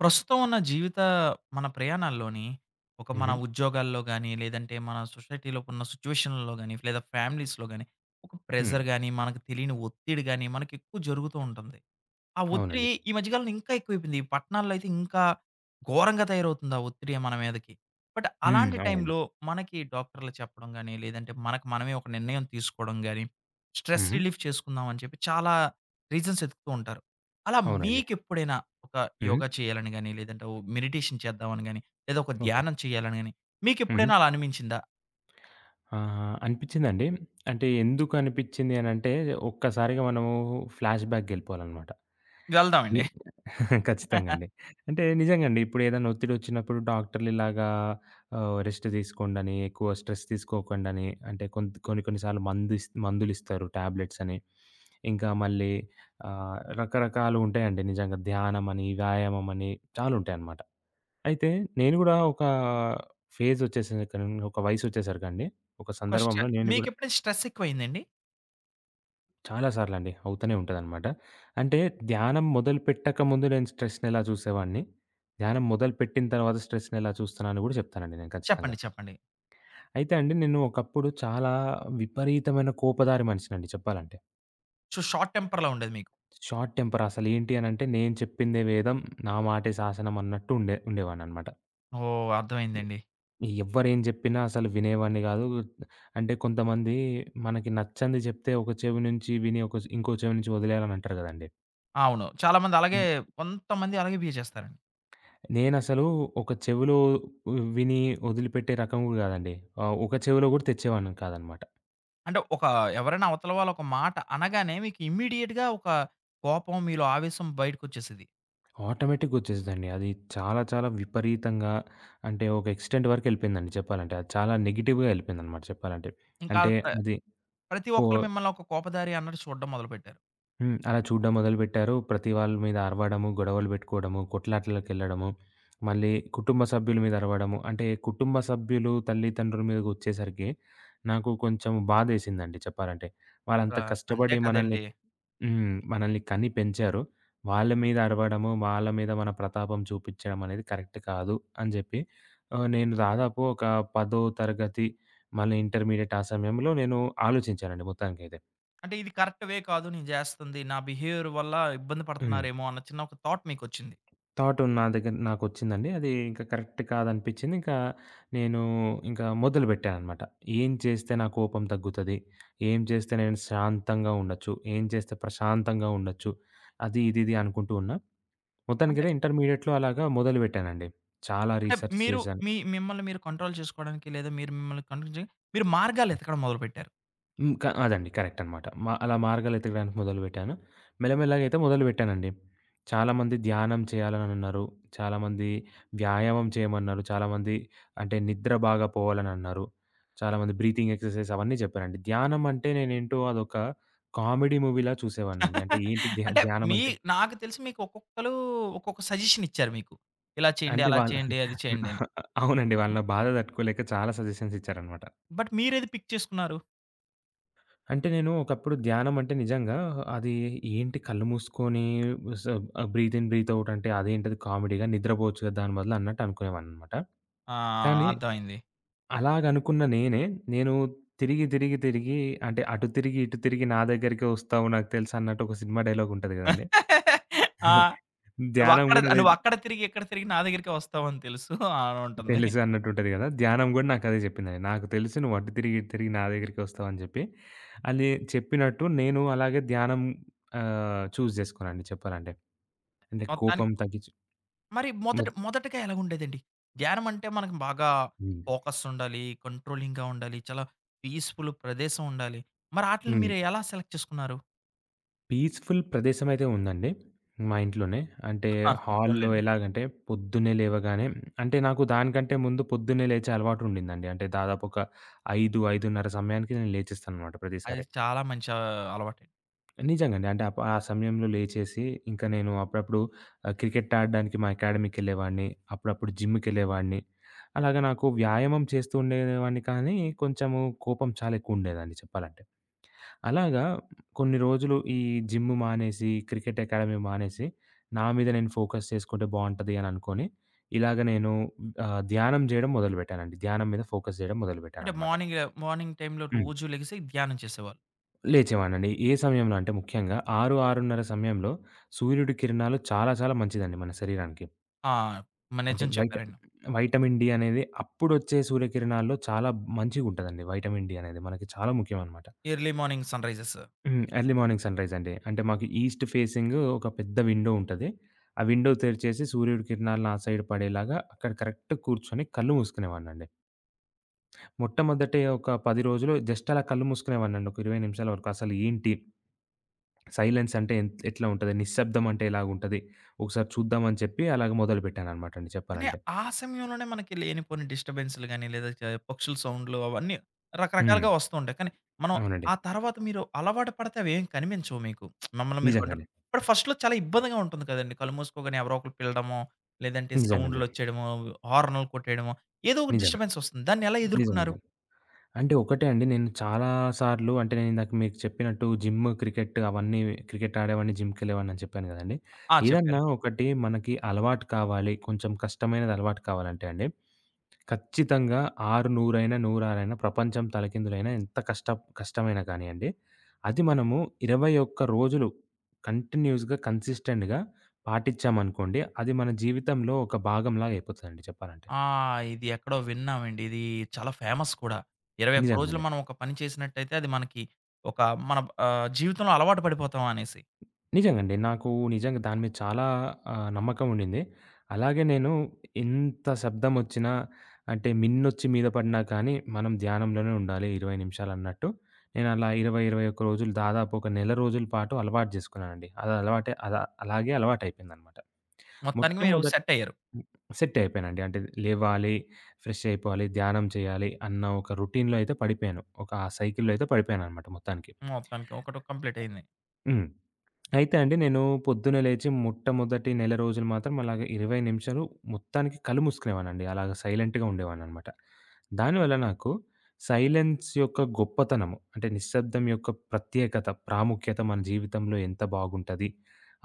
ప్రస్తుతం ఉన్న జీవిత మన ప్రయాణాల్లోని, ఒక మన హుహు. ఉద్యోగాల్లో గాని, లేదంటే మన సొసైటీలో ఉన్న సిట్యుయేషన్‌లో గాని, లేదా ఫ్యామిలీస్‌లో గాని, ఒక హ్మ్. ప్రెషర్ గాని, మనకు తెలియని ఒత్తిడి గాని, మనకెక్కువ జరుగుతూ ఉంటుంది. ఆ ఒత్తిడి అవునండి. ఈ మధ్య కాలంలో ఇంకా ఎక్కువైపోయింది. ఈ పట్టణాల్లో అయితే ఇంకా ఘోరంగా తయారవుతుంది ఆ ఒత్తిడి మన మీదకి. బట్ అలాంటి అవునండి. టైంలో మనకి డాక్టర్లు చెప్పడం గాని, లేదంటే మనకు మనమే ఒక నిర్ణయం తీసుకోవడం గాని, స్ట్రెస్ హ్మ్. రిలీఫ్ చేసుకుందాం అని చెప్పి చాలా రీజన్స్ వెతుకుతూ ఉంటారు. అలా అవునండి. మీకెప్పుడైనా ఒక హ్మ్. యోగా చేయాలని గాని, లేదంటే ఓ మెడిటేషన్ చేద్దామని గాని, లేదా ఒక ఓకే. ధ్యానం చేయాలని గాని, హుహు. మీకెప్పుడైనా అలా అనిపించిందా? అనిపిచ్చిందండి. అంటే ఎందుకనిపిచ్చింది అనంటే ఒక్కసారిగా మనము ఫ్లాష్ బ్యాక్‌కెళ్ళిపోవాలనమాట. ని వెళ్దామండి. ఖచ్చితంగా అండి. అంటే నిజంగండి ఇప్పుడు ఏదైనా ఒత్తిడొచ్చినప్పుడు డాక్టర్లు ఇలాగా రెస్ట్ తీసుకోండని, ఎక్కువ స్ట్రెస్ తీసుకోకండని, అంటే కొన్ని కొన్ని సార్లు మందులిస్తారు టాబ్లెట్స్ అని. ఇంకా మళ్ళీ రకరకాలుగుంటాయండి నిజంగా ధ్యానమని, వ్యాయామమని చాలా ఉంటాయనమాట. అయితే నేను గూడా ఒక ఫేజొచ్చేసాకన్ ఒక వయసొచ్చేసరికండి, ఒక ఒక స్ట్ర సందర్భంలో నేను గూడా మీకెప్పుడైనా స్ట్రెస్ ఎక్కువయిందండి? చాలా సార్లండి అవుతూనే ఉంటదనమాట. అంటే ధ్యానం మొదలుపెట్టక ముందు నేను స్ట్రెస్‌నెలా చూసేవాడిని, ధ్యానం మొదలుపెట్టిన తర్వాత స్ట్రెస్‌నెలా చూస్తున్నానో గూడా చెప్తానండి నేను ఖచ్చితంగా. చెప్పండి. చెప్పండి. అయితే అండి నేను ఒకప్పుడు చాలా విపరీతమైన కోపదారి మనిషినండి చెప్పాలంటే. సో, షార్ట్ టెంపర్‌లా ఉండేది మీకు. షార్ట్ టెంపర్ అసలేంటి అనంటే నేను చెప్పిందే వేదం, నా మాటే శాసనం అన్నట్టు ఉండేవాడిననమాట. ఓహ్! అర్థమైందండి. ఎవ్వరేం జెప్పినా అసలు వినేవాడిని గాదు. అంటే కొంతమంది మనకి నచ్చంది జెప్తే ఒక చెవి నుంచి విని ఒక ఇంకో చెవి నుంచి వదిలేయాలనంటారు గదండీ! ఆ, అవును. చాలామంది అలాగే హ్మ్. కొంతమంది అలాగే బిహేవ్ చేస్తారండి. నేనసలు ఒక చెవిలో విని వదిలిపెట్టే రకం గూడా గాదండి. ఒక చెవిలో గూడా తెచ్చేవాడిని కాదనమాట. అంటే ఒక ఎవరైనా అవతల వాళ్ళు ఒక మాట అనగానే మీకు ఇమ్మీడియేట్‌గా ఒక కోపం, మీలో ఆవేశం బయటకొచ్చేసేది. ఆటోమేటిక్‌గా ఒచ్చేసేదండి. అది చాలా చాలా విపరీతంగా అంటే ఒక ఎక్స్‌టెంట్ వరకు ఎళ్ళిపోయిందండి చెప్పాలంటే. అది చాలా నెగెటివ్‌గా ఎళ్ళిపోయిందనమాట చెప్పాలంటే. ఇంకా అంటే ప్ర అది ప్రతి కో ఒక్కళ్ళు మిమ్మల్ని ఒక కోపదారి అన్నట్టు చూడడం మొదలుపెట్టారు. అలా చూడడం మొదలుపెట్టారు. ప్రతి వాళ్ళ మీద అరవడము, గొడవలు పెట్టుకోవడము, కొట్లాటలకెళ్ళడము, మళ్ళీ కుటుంబ సభ్యుల మీద అరవడము. అంటే కుటుంబ సభ్యులు, తల్లిదండ్రుల మీదకొచ్చేసరికి నాకు కొంచెం బాధేసిందండి చెప్పాలంటే. ర వాళ్ళంత అంతే కష్టపడి మనల్ని కదండీ! మనల్ని కని పెంచారు. వాళ్ళ మీద అరవడము, వాళ్ళ మీద మన ప్రతాపం చూపిచ్చడం అనేది కరెక్ట్ కాదు అని జెప్పి నేను దాదాపు ఒక 10 తరగతి మళ్ళీ ఇంటర్మీడియేట్ ఆ సమయంలో నేను ఆలోచించానండి మొత్తానికైతే. అంటే ఇది కరెక్ట్ వే కాదు నేను జేస్తుంది. నా బిహేవియర్ వల్ల ఇబ్బంది హ్మ్. పడుతున్నారేమో అన్న చిన్న ఒక థాట్ మీకొచ్చింది. థాట్ నా దగ్గర నాకొచ్చిందండి. అది ఇంకా కరెక్ట్ కాదనిపించింది. ఇంకా నేను ఇంకా మొదలుపెట్టాననమాట. ఏం చేస్తే నా కోపం తగ్గుతది? ఏం చేస్తే నేను శాంతంగా ఉండొచ్చు? ఏం చేస్తే ప్రశాంతంగా ఉండొచ్చు? అది, ఇది, ఇది అనుకుంటూ ఉన్నా. అంటే మొత్తానికైతే ఇంటర్మీడియేట్‌లో అలాగా మొదలుపెట్టానండి. చాలా అంటే రీసెర్చ్ మీరు చేశాను. మీ మిమ్మల్ని మీరు కంట్రోల్ చేసుకోవడానికి లేదా మీరు మిమ్మల్ని కంట్రోల్ చే మీరు మార్గాలు ఎతకడం మొదలుపెట్టారు. అదండి. కరెక్ట్ అనమాట. అలా మార్గాలు ఎతకడానికి మొదలుపెట్టాను. మెల్లమెల్లగైతే మొదలుపెట్టానండి. చాలామంది ధ్యానం చేయాలనన్నారు. చాలామంది వ్యాయామం చేయమన్నారు. చాలామంది అంటే నిద్ర బాగా పోవాలనన్నారు. చాలామంది బ్రీతింగ్ ఎక్సర్‌సైజ్ అవన్నీ చెప్పారండి. ధ్యానం అంటే నేనేంటో అదొక కామెడీ మూవీలా చూసేవాడినండి. అంటే ఏంటి అంటే ధ్యానం మీ అంటే? నాకు తెలిసి మీకు ఒక్కొక్కలు ఒక్కొక్క సజెషన్ ఇచ్చారు మీకు. ఇలా చేయండి, అంటే అలా వాళ్ళ చేయండి, అది చేయండి అని. అవునండి. వాళ్ళ నా బాధ తట్టుకోలేక చాలా సజెషన్స్ ఇచ్చారనమాట. బట్ మీరేది పిక్ చేసుకున్నారు? అంటే నేను ఒకప్పుడు ధ్యానం అంటే నిజంగా అది ఏంటి కళ్ళు మూసుకొని స బ్రీత్ ఇన్, బ్రీత్ ఔట్ అంటే అదేంటది కామెడీగా నిద్రపోవచ్చు కదా! దాని బదులు అన్నట్టు అనుకునేవాడిననమాట. ఆ! కానీ అర్థమైంది. అలాగనుకున్న నేనే, నేను తిరిగి, తిరిగి, తిరిగి అంటే అటు తిరిగి, ఇటు తిరిగి నా దగ్గరికే వస్తావు నాకు తెలుసన్నట్టు ఒక సినిమా డైలాగ్ ఉంటది కదండీ! ఆ! ధ్యానం నువ్వక్కడ గూడా అదే నువ్వక్కడ తిరిగి, ఇక్కడ తిరిగి నా దగ్గరికే వస్తావని తెలుసు అని ఉంటుంది. తెలుసు అన్నట్టుంటది గదా! ధ్యానం గూడా నాకదే జెప్పిందండి. నాకు తెలుసు నువ్వు అటు తిరిగి, ఇటు తిరిగి నా దగ్గరికే వస్తావని జెప్పి. అది చెప్పినట్టు నేను అలాగే ధ్యానం చూజ్ జేసుకున్నానండి చెప్పాలంటే. అంటే కోపం మొత్తానికి తగ్గించి మరి మొదట మొత్ మొదటగా ఎలాగుండేదండి? ధ్యానం అంటే మనకు బాగా హ్మ్. ఫోకస్ ఉండాలి. కంట్రోలింగ్‌గా ఉండాలి. చాలా పీస్‌ఫుల్ ప్రదేశం ఉండాలి. మరి ఆటిలిని హ్మ్. మీరు ఎలా సెలెక్ట్ చేసుకున్నారు? పీస్‌ఫుల్ ప్రదేశమైతే ఉందండి మా ఇంట్లోనే. అంటే హాల్‌లో పోన్లెండి. ఎలాగంటే పొద్దున్నే లేవగానే అంటే నాకు దానికంటే ముందు పొద్దున్నే లేచే అలవాటుండిందండి. అంటే దాదాపు ఒక 5, 5:30 సమయానికి నేను లేచేస్తాననమాట అది ప్రతిసారి. చాలా మంచి అలవాటే. నిజంగండి. అంటే ఆ సమయంలో లేచేసి, ఇంకా నేను అప్పుడప్పుడు క్రికెట్ ఆడడానికి మా అకాడమీకెళ్ళేవాడిని. అప్పుడప్పుడు జిమ్‌కెళ్ళేవాడిని. అలాగా నాకు వ్యాయామం చేస్తూ ఉండేవాడిని కానీ, కొంచెము కోపం చాలా ఎక్కువుండేదండి చెప్పాలంటే. అలాగా కొన్ని రోజులు ఈ జిమ్ మానేసి, క్రికెట్ అకాడమీ మానేసి, నా మీద నేను ఫోకస్ చేసుకుంటే బావుంటది అని అనుకోని, ఇలాగ నేను ధ్యానం జేయడం మొదలుపెట్టానండి. ధ్యానం మీద ఫోకస్ జేయడం అంటే మొదలుపెట్టాననమాట. మార్నింగ్ మార్నింగ్ టైమ్‌లో హ్మ్. రోజు లెగిసి ధ్యానం చేసేవాళ్ళు. లేచేవాడినండి. ఏ సమయంలో అంటే ముఖ్యంగా 6, 6:30 సమయంలో సూర్యుడి కిరణాలు చాలా చాలా మంచిదండి మన శరీరానికి. ఆ! మ అంటే నిజం చెప్పారండి. వైటమిన్ డి అనేది అప్పుడొచ్చే సూర్యకిరణాల్లో చాలా మంచిగుంటదండి. వైటమిన్ డి అనేది మనకి చాలా ముఖ్యమనమాట. Early morning sunrises. Early morning sunrise అండి. అంటే మాకు ఈస్ట్ ఫేసింగ్ ఒక పెద్ద విండో ఉంటది. ఆ విండో తెరిచేసి సూర్యుడి కిరణాలు నా సైడ్ పడేలాగా అక్కడ కరెక్ట్ కూర్చొని కళ్ళు మూసుకునేవాడినండి. మొట్టమొదటి ఒక 10 రోజులు జస్ట్ అలా కళ్ళు మూసుకునేవాడినండి. ఒక 20 నిమిషాల వరకు అసలు ఏంటి సైలెన్స్ అంటే ఎట్లా ఉంటది? నిశ్శబ్దం అంటే ఎలాగుంటది? ఒకసారి చూద్దామని చెప్పి అలాగ మొదలుపెట్టాననమాటండి అంటే చెప్పాలంటే. ఆ సమయంలోనే మనకి లేనిపోని డిస్టర్బెన్స్‌లు గాని, లేదా చ పక్షుల సౌండ్‌లు అవన్నీ హ్మ్. రకరకాలుగా వస్తూ ఉంటాయి. కానీ మనం అవునండి. ఆ తర్వాత మీరు అలవాటు పడితే అవేం కనిపించవు మీకు. మిమ్మల్ని మీరు కంట్రోల్ నిజంగానే. ఇప్పుడు ఫస్ట్‌లో చాలా ఇబ్బందిగా ఉంటుంది కదండీ! కళ్ళు మూసుకోగానే ఎవరో ఒకళ్ళు పిలడమో, లేదంటే నిజంగండి. సౌండ్‌లొచ్చేయడమో, హార్న్‌లు కొట్టేయడమో, ఏదో ఒక నిజంగా. డిస్టర్బెన్స్ వస్తుంది. దాన్ని ఎలా ఎదుర్కున్నారు? నిజంగా. అంటే ఒకటే అండి. నేను చాలా సార్లు అంటే నేనిందాక మీకు చెప్పినట్టు జిమ్, క్రికెట్ అవన్నీ క్రికెట్ ఆడేవాడిని, జిమ్‌కెళ్ళేవాడిని అని చెప్పాను గదండీ. ఆ! ఏదన్నా చెప్పారు. ఒకటి మనకి అలవాటు కావాలి, కొంచెం కష్టమైనది అలవాటు కావాలంటే అండి, ఖచ్చితంగా 6, 100 అయినా, 106 ప్రపంచం తలకిందులైనా ఎంత కష్టమైనా కానియండి, అది మనము 21 రోజులు కంటిన్యూయస్‌గా, కన్సిస్టెంట్‌గా పాటించామనుకోండి, అది మన జీవితంలో ఒక భాగంలాగా అయిపోతదండి చెప్పాలంటే. ఆ! ఇది ఎక్కడో విన్నామండి. ఇది చాలా ఫేమస్ కూడా. 21 రోజులు నిజంగానే. మనం ఒక పని చేసినట్టయితే అది మనకి ఒక మన జీవితంలో అలవాటు పడిపోతాం అనేసి. నిజంగండి. నాకు నిజంగా దాని మీద చాలా నమ్మకం ఉండింది. అలాగే నేను ఎంత శబ్దమొచ్చినా అంటే మిన్నొచ్చి మీద పడినా కానీ మనం ధ్యానంలోనే ఉండాలి 20 నిమిషాలన్నట్టు. నేనలా 20, 21 రోజులు దాదాపు ఒక నెల రోజుల పాటు అలవాటు జేసుకున్నానండి. అది అలవాటే అలా అలాగే అలవాటయిపోయిందనమాట. మొత్తానికి మీరు మొట్టమొదట సెట్టయ్యారు. హ్మ్. సెట్ అయిపోయానండి. అంటే లేవాలి, ఫ్రెష్ అయిపోవాలి, ధ్యానం చేయాలి అన్న ఒక రొటీన్‌లో అయితే పడిపోయాను. ఒక ఆ సైకిల్‌లో అయితే పడిపోయాననమాట మొత్తానికి. మొత్తానికి ఒకటి కంప్లీటయింది. హ్మ్. అయితే అండి నేను పొద్దున్నే లేచి మొట్టమొదటి నెల రోజులు మాత్రం అలాగే 20 నిమిషాలు మొత్తానికి కళ్ళు మూసుకునేవానండి. అలాగా సైలెంట్‌గా ఉండేవాడిననమాట. దానివల్ల నాకు సైలెన్స్ యొక్క గొప్పతనము, అంటే నిశ్శబ్దం యొక్క ప్రత్యేకత, ప్రాముఖ్యత మన జీవితంలో ఎంత బాగుంటది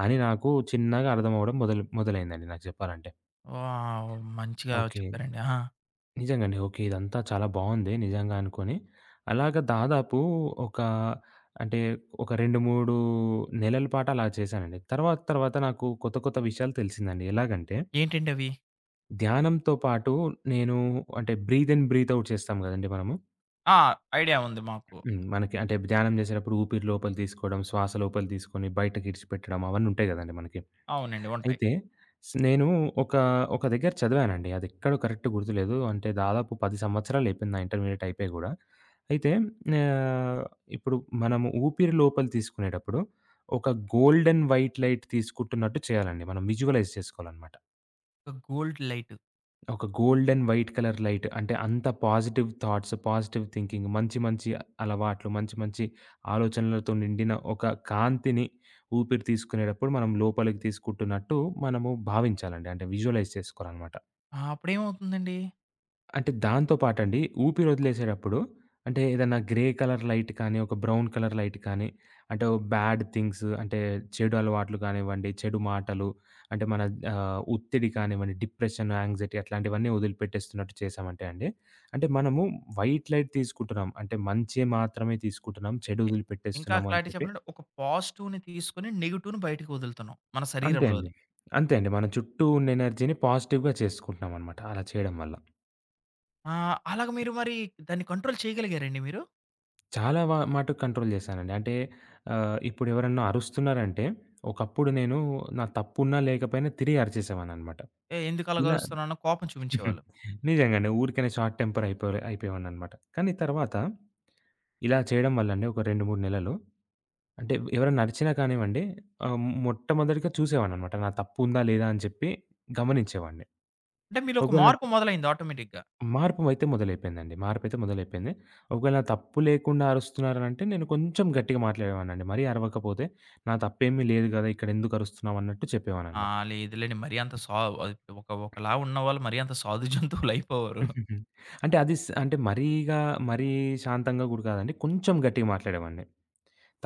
అని నాకు చిన్నగా అర్థమవ్వడం మొదలైందండి నాకు చెప్పాలంటే. వావ్! మంచిగా ఓకే. చెప్పారండి. ఆ! నిజంగానే. ఓకే. ఇదంతా చాలా బావుంది నిజంగా అనుకోని. అలాగా దాదాపు ఒక అంటే ఒక 2, 3 నెలల పాటు అలా చేశానండి. తర్వాత తర్వాత నాకు కొత్త కొత్త విషయాలు తెలిసిందండి. ఎలాగంటే ఏంటండి అవి? ధ్యానంతో పాటు నేను అంటే బ్రీత్ ఇన్, బ్రీత్ ఔట్ చేస్తాం గదండీ మనము. ఆ! ఐడియా ఉంది మాకు. మనకి అంటే ధ్యానం చేసేటప్పుడు ఊపిరి లోపల తీసుకోవడం, శ్వాస లోపల తీసుకొని బయటకి ఇడిచిపెట్టడం అవన్నీ ఉంటాయి గదండీ మనకి. అవునండి. ఉంటాయి. అయితే నేను ఒక, ఒక దగ్గర చదివానండి. అదెక్కడో కరెక్ట్ గుర్తులేదు. అంటే దాదాపు 10 సంవత్సరాలు అయిపోయింది నా ఇంటర్మీడియేట్ అయిపోయి గూడా. అయితే ఆహ్, ఇప్పుడు మనము ఊపిరి లోపల తీసుకునేటప్పుడు ఒక గోల్డెన్ వైట్ లైట్ తీసుకుంటున్నట్టు చేయాలండి. మనం విజువలైజ్ చేసుకోవాలనమాట. ఒక గోల్డ్ లైట్. ఒక gold and white colour light. అంటే అంత పాజిటివ్ థాట్స్, పాజిటివ్ థింకింగ్ మంచి మంచి అలవాట్లు, మంచి మంచి ఆలోచనలతో నిండిన ఒక కాంతిని ఊపిరి తీసుకునేటప్పుడు మనం లోపలికి తీసుకుంటున్నట్టు మనము భావించాలండి. అంటే విజువలైజ్ చేసుకోవాలనమాట. ఆ! అప్పుడేమవుతుందండి? అంటే దాంతో పాటండి ఊపిరి వదిలేసేటప్పుడు అంటే ఏదన్నా గ్రే కలర్ లైట్ కానీ, ఒక బ్రౌన్ కలర్ లైట్ కానీ, అంటే బ్యాడ్ థింగ్స్ అంటే చెడు అలవాట్లు కానివ్వండి, చెడు మాటలు అంటే మన ఒత్తిడి కానివ్వండి, డిప్రెషన్, యాంగ్జైటీ అట్లాంటివన్నీ వదిలిపెట్టేస్తున్నట్టు చేశామంటే అండి, అంటే మనము వైట్ లైట్ తీసుకుంటున్నాం. అంటే మంచే మాత్రమే తీసుకుంటున్నాం. చెడు ఎ ఇంకా వదిలిపెట్టేస్తున్నాము అని క్లారిటీ చెప్పి చెప్పాలంటే ఒక పాజిటివ్‌ని తీసుకొని నెగెటివ్‌ని బయటికి వదులుతున్నాం మన అంతే అండి. శరీరంలోని. అంతే అండి. మన చుట్టూ ఉన్న ఎనర్జీని పాజిటివ్‌గా చేసుకుంటున్నామనమాట అలా చేయడం వల్ల. ఆ! అలాగ మీరు మరి దాన్ని కంట్రోల్ చేయగలిగారండి మీరు? చాలా వ మటుకు కంట్రోల్ చేశానండి. అంటే ఇప్పుడెవరన్నా అరుస్తున్నారంటే, ఒకప్పుడు నేను నా తప్పున్నా లేకపోయినా తిరిగి అరిచేసేవాడిననమాట. ఏ ఎందుకు అలా ఇలా కరుస్తున్నానో కోపం చూపించేవాళ్ళు. నిజంగానే ఊరికనే షార్ట్ టెంపర్ అయిపోయేవాడిననమాట. కానీ తర్వాత ఇలా చేయడం వల్ల అండి ఒక 2, 3 నెలలు అంటే ఎవరైనా అరిచినా కానివ్వండి ఆహ్, మొట్టమొదటిగా చూసేవాడిననమాట. నా తప్పు ఉందా లేదా అని చెప్పి గమనించేవాడిని. అంటే మీలో ఒక ఒకవేళ మార్పు మొదలైంది ఆటోమేటిక్‌గా. మార్పు అయితే మొదలైపోయిందండి. మార్పయితే మొదలైపోయింది. ఒకవేళ నా తప్పు లేకుండా అరుస్తున్నారనంటే నేను కొంచెం గట్టిగా మాట్లాడేవాడినండి. మరీ అరవకపోతే నా తప్పేమీ లేదు గదా! ఇక్కడెందుకు అరుస్తున్నావు అన్నట్టు ఆ! చెప్పేవాడిననమాట. లేదులేండి మరీ అంత సా ఒక ఒకలా ఉన్నవాళ్ళు మరీ అంత సాధు జంతువులయిపోరు. అంటే అది అంటే మరీ శాంతంగా గూడా కాదండి. కొంచెం గట్టిగా మాట్లాడేవాడిని.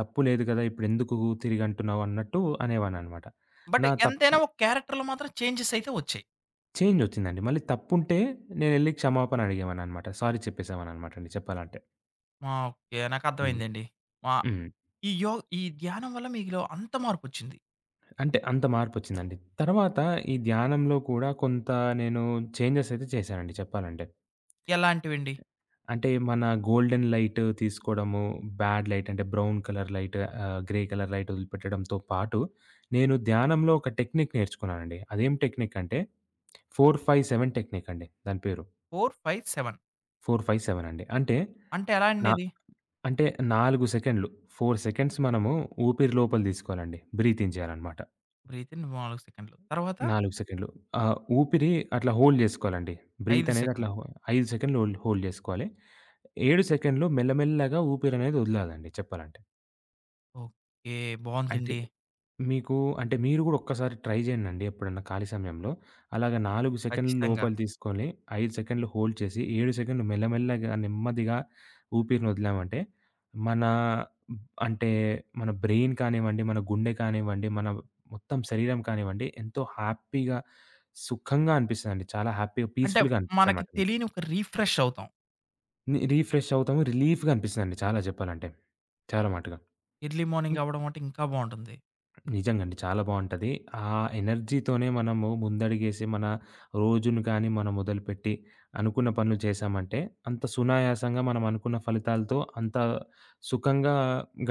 తప్పు లేదు గదా! ఇప్పుడెందుకు తిరిగంటున్నావు అన్నట్టు అనేవాడిననమాట. బట్ నా తప్పు ఎంతైనా ఒక క్యారెక్టర్‌లో మాత్రం చేంజెస్ అయితే వచ్చాయి. చేంజొచ్చిందండి. మళ్ళీ తప్పుంటే నేనెళ్ళి క్షమాపణ అడిగేవాడిననమాట. సారీ చెప్పేసేవాడిననమాట అండి చెప్పాలంటే. ఆ! ఓకే. హ్మ్. నాకర్థమైందండి. ఆ! హ్మ్. ఈ యో ఈ ధ్యానం వల్ల మీలో అంత మార్పొచ్చింది. అంటే అంత మార్పొచ్చిందండి. తర్వాత ఈ ధ్యానంలో కూడా కొంత నేను చేంజెస్ అయితే చేశానండి చెప్పాలంటే. ఎలాంటివండి? అంటే మన గోల్డెన్ లైట్ తీసుకోవడము, బ్యాడ్ లైట్ అంటే brown colour light grey colour light వదిలిపెట్టడంతో పాటు, నేను ధ్యానంలో ఒక టెక్నిక్ నేర్చుకున్నానండి. అదేం టెక్నిక్ అంటే 4, 5, 7 టెక్నిక్ అండి దాని పేరు. 4, 5, 7 4, 5, 7 అండి. అంటే అంటే ఎలా నా అండి అది? అంటే 4 సెకండ్లు 4 సెకండ్స్ మనము ఊపిరి లోపల తీసుకోవాలండి. బ్రీతింగ్ చేయాలనమాట. బ్రీత్ ఇన్ 4 సెకండ్లు. తర్వాత 4 సెకండ్లు. ఊపిరి అట్లా హోల్డ్ జేసుకోవాలండి. బ్రీత్ 5 అనేది సెకండ్లు. అట్లా హో 5 సెకండ్లు హోల్డ్ హోల్డ్ జేసుకోవాలి. 7 సెకండ్లు మెల్లమెల్లగా ఊపిరనేది ఒదలాలండి చెప్పాలంటే. ఓకే. అంటే బావుందండి. మీకు అంటే మీరు గూడా ఒక్కసారి ట్రై జేయండండి ఎప్పుడన్నా ఖాళీ సమయంలో. అలాగ 4 సెకన్లు ఖచ్చితంగా. లోపల తీసుకొని 5 సెకన్లు హోల్డ్ చేసి, 7 సెకన్లు మెల్లమెల్లగా నెమ్మదిగా ఊపిరిని వదిలామంటే మన అంటే మన బ్రెయిన్ కానివ్వండి, మన గుండె కానివ్వండి, మన మొత్తం శరీరం కానివ్వండి ఎంతో హ్యాపీగా, సుఖంగా అనిపిస్తదండి. చాలా హ్యాపీగా అంటే పీస్‌ఫుల్‌గా మనకి అనిపిస్తదనమాట మీకు. తెలియని ఒక రిఫ్రెష్ అవుతాం. రిఫ్రెష్ అవుతాము. రిలీఫ్‌గా అనిపిస్తదండి చాలా జెప్పాలంటే. చాలా మటుగా. ఎర్లీ మార్నింగ్ అవ్వడం అంటే ఇంకా బావుంటుంది. నిజంగండి. చాలా బావుంటది. ఆ ఎనర్జీతోనే మనము ముందడుగేసి మన రోజును గానీ మనం మొదలుపెట్టి అనుకున్న పనులు చేశామంటే అంత సునాయాసంగా మనం అనుకున్న ఫలితాలతో అంత సుఖంగా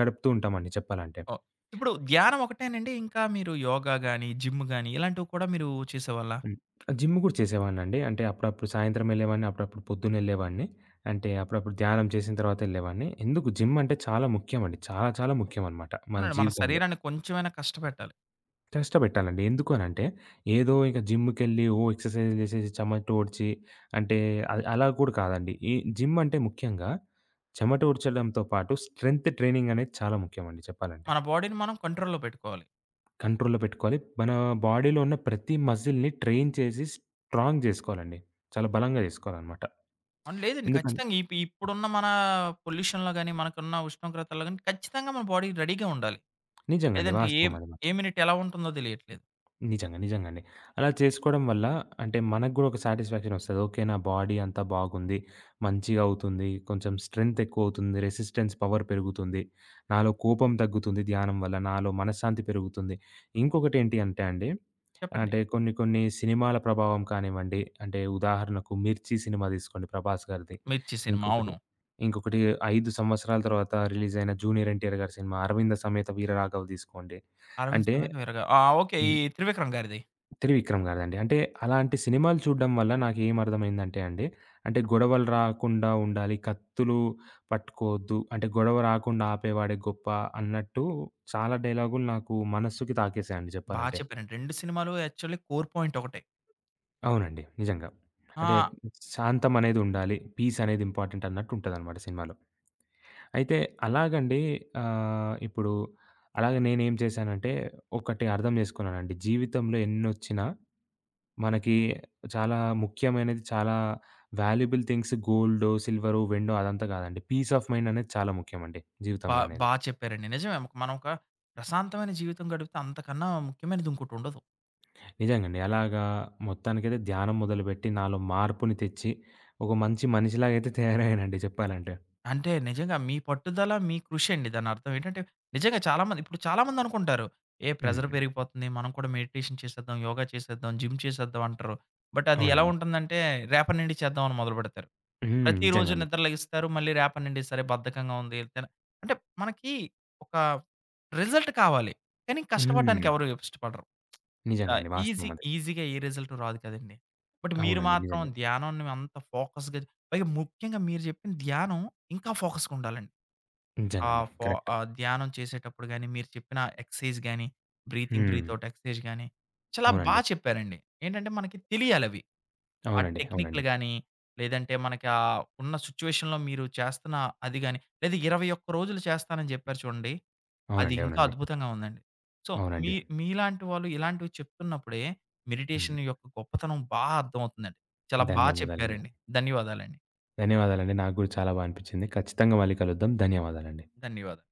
గడుపుతూ ఉంటామండి చెప్పాలంటే. ఓహ్! ఇప్పుడు ధ్యానం ఒకటేనండి ఇంకా మీరు యోగా గాని, జిమ్ గాని ఇలాంటివి కూడా మీరు చేసేవాళ్ళా? హ్మ్. జిమ్ గూడా చేసేవాడినండి. అంటే అప్పుడప్పుడు సాయంత్రం ఎళ్ళేవాడిని, అప్పుడప్పుడు పొద్దునెళ్ళేవాడిని. అంటే అప్పుడప్పుడు ధ్యానం చేసిన తర్వాత ఎళ్ళేవాడిని. ఎందుకు జిమ్ అంటే చాలా ముఖ్యమండి. చాలా చాలా ముఖ్యమనమాట మన అవునండి. మన జీవితంలో. శరీరాన్ని కొంచెమైనా కష్టపెట్టాలి. చేష్ట పెట్టాలండి. ఎందుకు అనంటే, ఏదో ఇక జిమ్‌కెళ్ళి ఓ ఎక్సర్‌సైజ్‌లు చేసేసి చెమట ఊడ్చి అంటే అది అలా కూడా కాదండి. ఈ జిమ్ అంటే ముఖ్యంగా చెమట ఊడ్చడంతో పాటు స్ట్రెంత్ ట్రైనింగ్ అనేది చాలా ముఖ్యమండి చెప్పాలంటే. మన బాడీని మనం కంట్రోల్‌లో పెట్టుకోవాలి. కంట్రోల్‌లో పెట్టుకోవాలి. మన బాడీలో ఉన్న ప్రతి మజిల్‌ని ట్రైన్ చేసి స్ట్రాంగ్ జేసుకోవాలండి. చాలా బలంగా జేసుకోవాలనమాట. అవును లేదండి. ఎందుకంటే ఖచ్చితంగా ఇప్పుడున్న మన పొల్యూషన్‌లో గాని, మనకున్న ఉష్ణోగ్రతల్లో గాని ఖచ్చితంగా మన బాడీ రెడీగా ఉండాలి. నిజంగండి. లేదంటే వాస్తవం అది ఏ మాత్రం. మినిట్ ఎలా ఉంటుందో తెలియట్లేదు. నిజంగా. నిజంగండి. అలా చేసుకోవడం వల్ల అంటే మనకు గూడా ఒక సాటిస్ఫాక్షన్ ఒస్తది. ఓకే. నా బాడీ అంతా బాగుంది. మంచిగా అవుతుంది. కొంచెం స్ట్రెంత్ ఎక్కువవుతుంది. రెసిస్టెన్స్ పవర్ పెరుగుతుంది. నాలో కోపం తగ్గుతుంది ధ్యానం వల్ల. నాలో మనశ్శాంతి పెరుగుతుంది. ఇంకొకటేంటి అంటే అండి చెప్పండి. అంటే కొన్ని కొన్ని సినిమాల ప్రభావం కానివ్వండి, అంటే ఉదాహరణకు 'మిర్చి' సినిమా తీసుకోండి 'ప్రభాస్' గారిది. 'మిర్చి' సినిమా ఇంకొకటి, అవును. ఇంకొకటి 5 సంవత్సరాల తర్వాత రిలీజయిన 'జూనియర్ ఎన్టీఆర్' గారి సినిమా 'అరవింద సమేత వీర రాఘవ' తీసుకోండి. 'అరవింద్ అంటే సమేత వీరగా' ఆ! ఓకే. ఈ త్రివిక్రమ్ గారిది. 'త్రివిక్రమ్' గారిదండి. అంటే అలాంటి సినిమాలు చూడడం వల్ల నాకేమర్థమైందంటే అండి, అంటే చెప్పండి. గొడవలు రాకుండా ఉండాలి, కత్తులు పట్టుకోవద్దు, అంటే గొడవ రాకుండా ఆపేవాడే గొప్ప అన్నట్టు చాలా డైలాగులు నాకు మనస్సుకి తాకేసాయండి బా చెప్పాలంటే. చెప్పారండి. 2 సినిమాలు యాక్చువల్లీ కోర్ పాయింట్ ఒకటే. అవునండి. నిజంగా. అంటే ఆ! శాంతం అనేది ఉండాలి. పీస్ అనేది ఇంపార్టెంట్ అన్నట్టు ఉంటదనమాట సినిమాలో. అయితే అలాగండి ఇప్పుడు అలాగే నేనేం చేశానంటే ఒకటి అర్థం చేసుకున్నానండి. జీవితంలో ఎన్నొచ్చినా మనకి చాలా ముఖ్యమైనది, చాలా వాల్యుబుల్ థింగ్స్ గోల్డో, సిల్వరో, వెండో అదంతా కాదండి. పీస్ ఆఫ్ మైండ్ అనేది చాలా ముఖ్యమండి బా జీవితంలో అనేది. బా చెప్పారండి. నిజమే. ఒక- మనం ఒక ప్రశాంతమైన జీవితం గడిపితే అంతకన్నా ముఖ్యమైనది ఇంకోటి ఉండదు. నిజంగండి. అలాగా మొత్తానికైతే ధ్యానం మొదలుపెట్టి నాలో మార్పుని తెచ్చి, ఒక మంచి మనిషిలాగైతే తయారయ్యానండి చెప్పాలంటే. అంటే నిజంగా మీ పట్టుదల, మీ కృషండి. దానర్థం ఏంటంటే, నిజంగా చాలా మంది ఇప్పుడు చాలా మందనుకుంటారు, ఏ ప్రెషర్ హ్మ్. పెరిగిపోతుంది. మనం కూడా మెడిటేషన్ చేసేద్దాం, యోగా చేసేద్దాం, జిమ్ చేసేద్దాం అంటారు. బట్ అది ఎలా అవునండి. ఉంటుందంటే, రేపటి నుండి చేద్దాం అని మొదలుపెడతారు. ప్రతిరోజు నిజంగండి. నిద్ర లెగిస్తారు. మళ్ళీ రేపటి నుండి సరే బద్ధకంగా ఉంది. తిన అంటే మనకి ఒక రిజల్ట్ కావాలి. కానీ హ్మ్. కష్టపడడానికి ఎవరు ఇష్టపడరు. ఆ! నిజంగండి. వాస్తవం అది. ఈజీగా ఏ రిజల్ట్ రాదు కదండీ. బట్ మీరు అవునండి. మాత్రం నిజంగా. ధ్యానాన్ని అంత ఫోకస్‌గా పైగా ముఖ్యంగా మీరు చెప్పిన ధ్యానం ఇంకా ఫోకస్‌గా ఉండాలండి. నిజంగండి. ఆహ్, ఫో కరెక్ట్. ధ్యానం చేసేటప్పుడు గాని, మీరు చెప్పిన ఎక్సర్సైజ్ గాని, బ్రీతింగ్, హ్మ్. బ్రీత్ ఔట్ ఎక్సర్సైజ్ గాని, చాలా బా అవునండి. చెప్పారండి. ఏంటంటే మనకి తెలియాలవి. ఆ అవునండి. టెక్నిక్‌లు అవునండి. గాని, లేదంటే మనకి ఆ ఉన్న సిట్యుయేషన్‌లో మీరు చేస్తున్న అది గాని, లేదా 21 రోజులు చేస్తానని చెప్పారు చూడండి. అది అవునండి. ఇంకా అవునండి. అద్భుతంగా ఉందండి. సో, మీ అవునండి. మీలాంటి వాళ్ళు ఇలాంటివి చెప్తున్నప్పుడే హ్మ్. మెడిటేషన్ యొక్క గొప్పతనం బా అర్థమవుతుందండి. చాలా బా ధన్యవాదాలండి. చెప్పారండి. ధన్యవాదాలండి. ధన్యవాదాలండి. నాకు గూడా చాలా బా అనిపిచ్చింది. ఖచ్చితంగా మళ్ళీ కలుద్దాం. ధన్యవాదాలండి. ధన్యవాదాలు.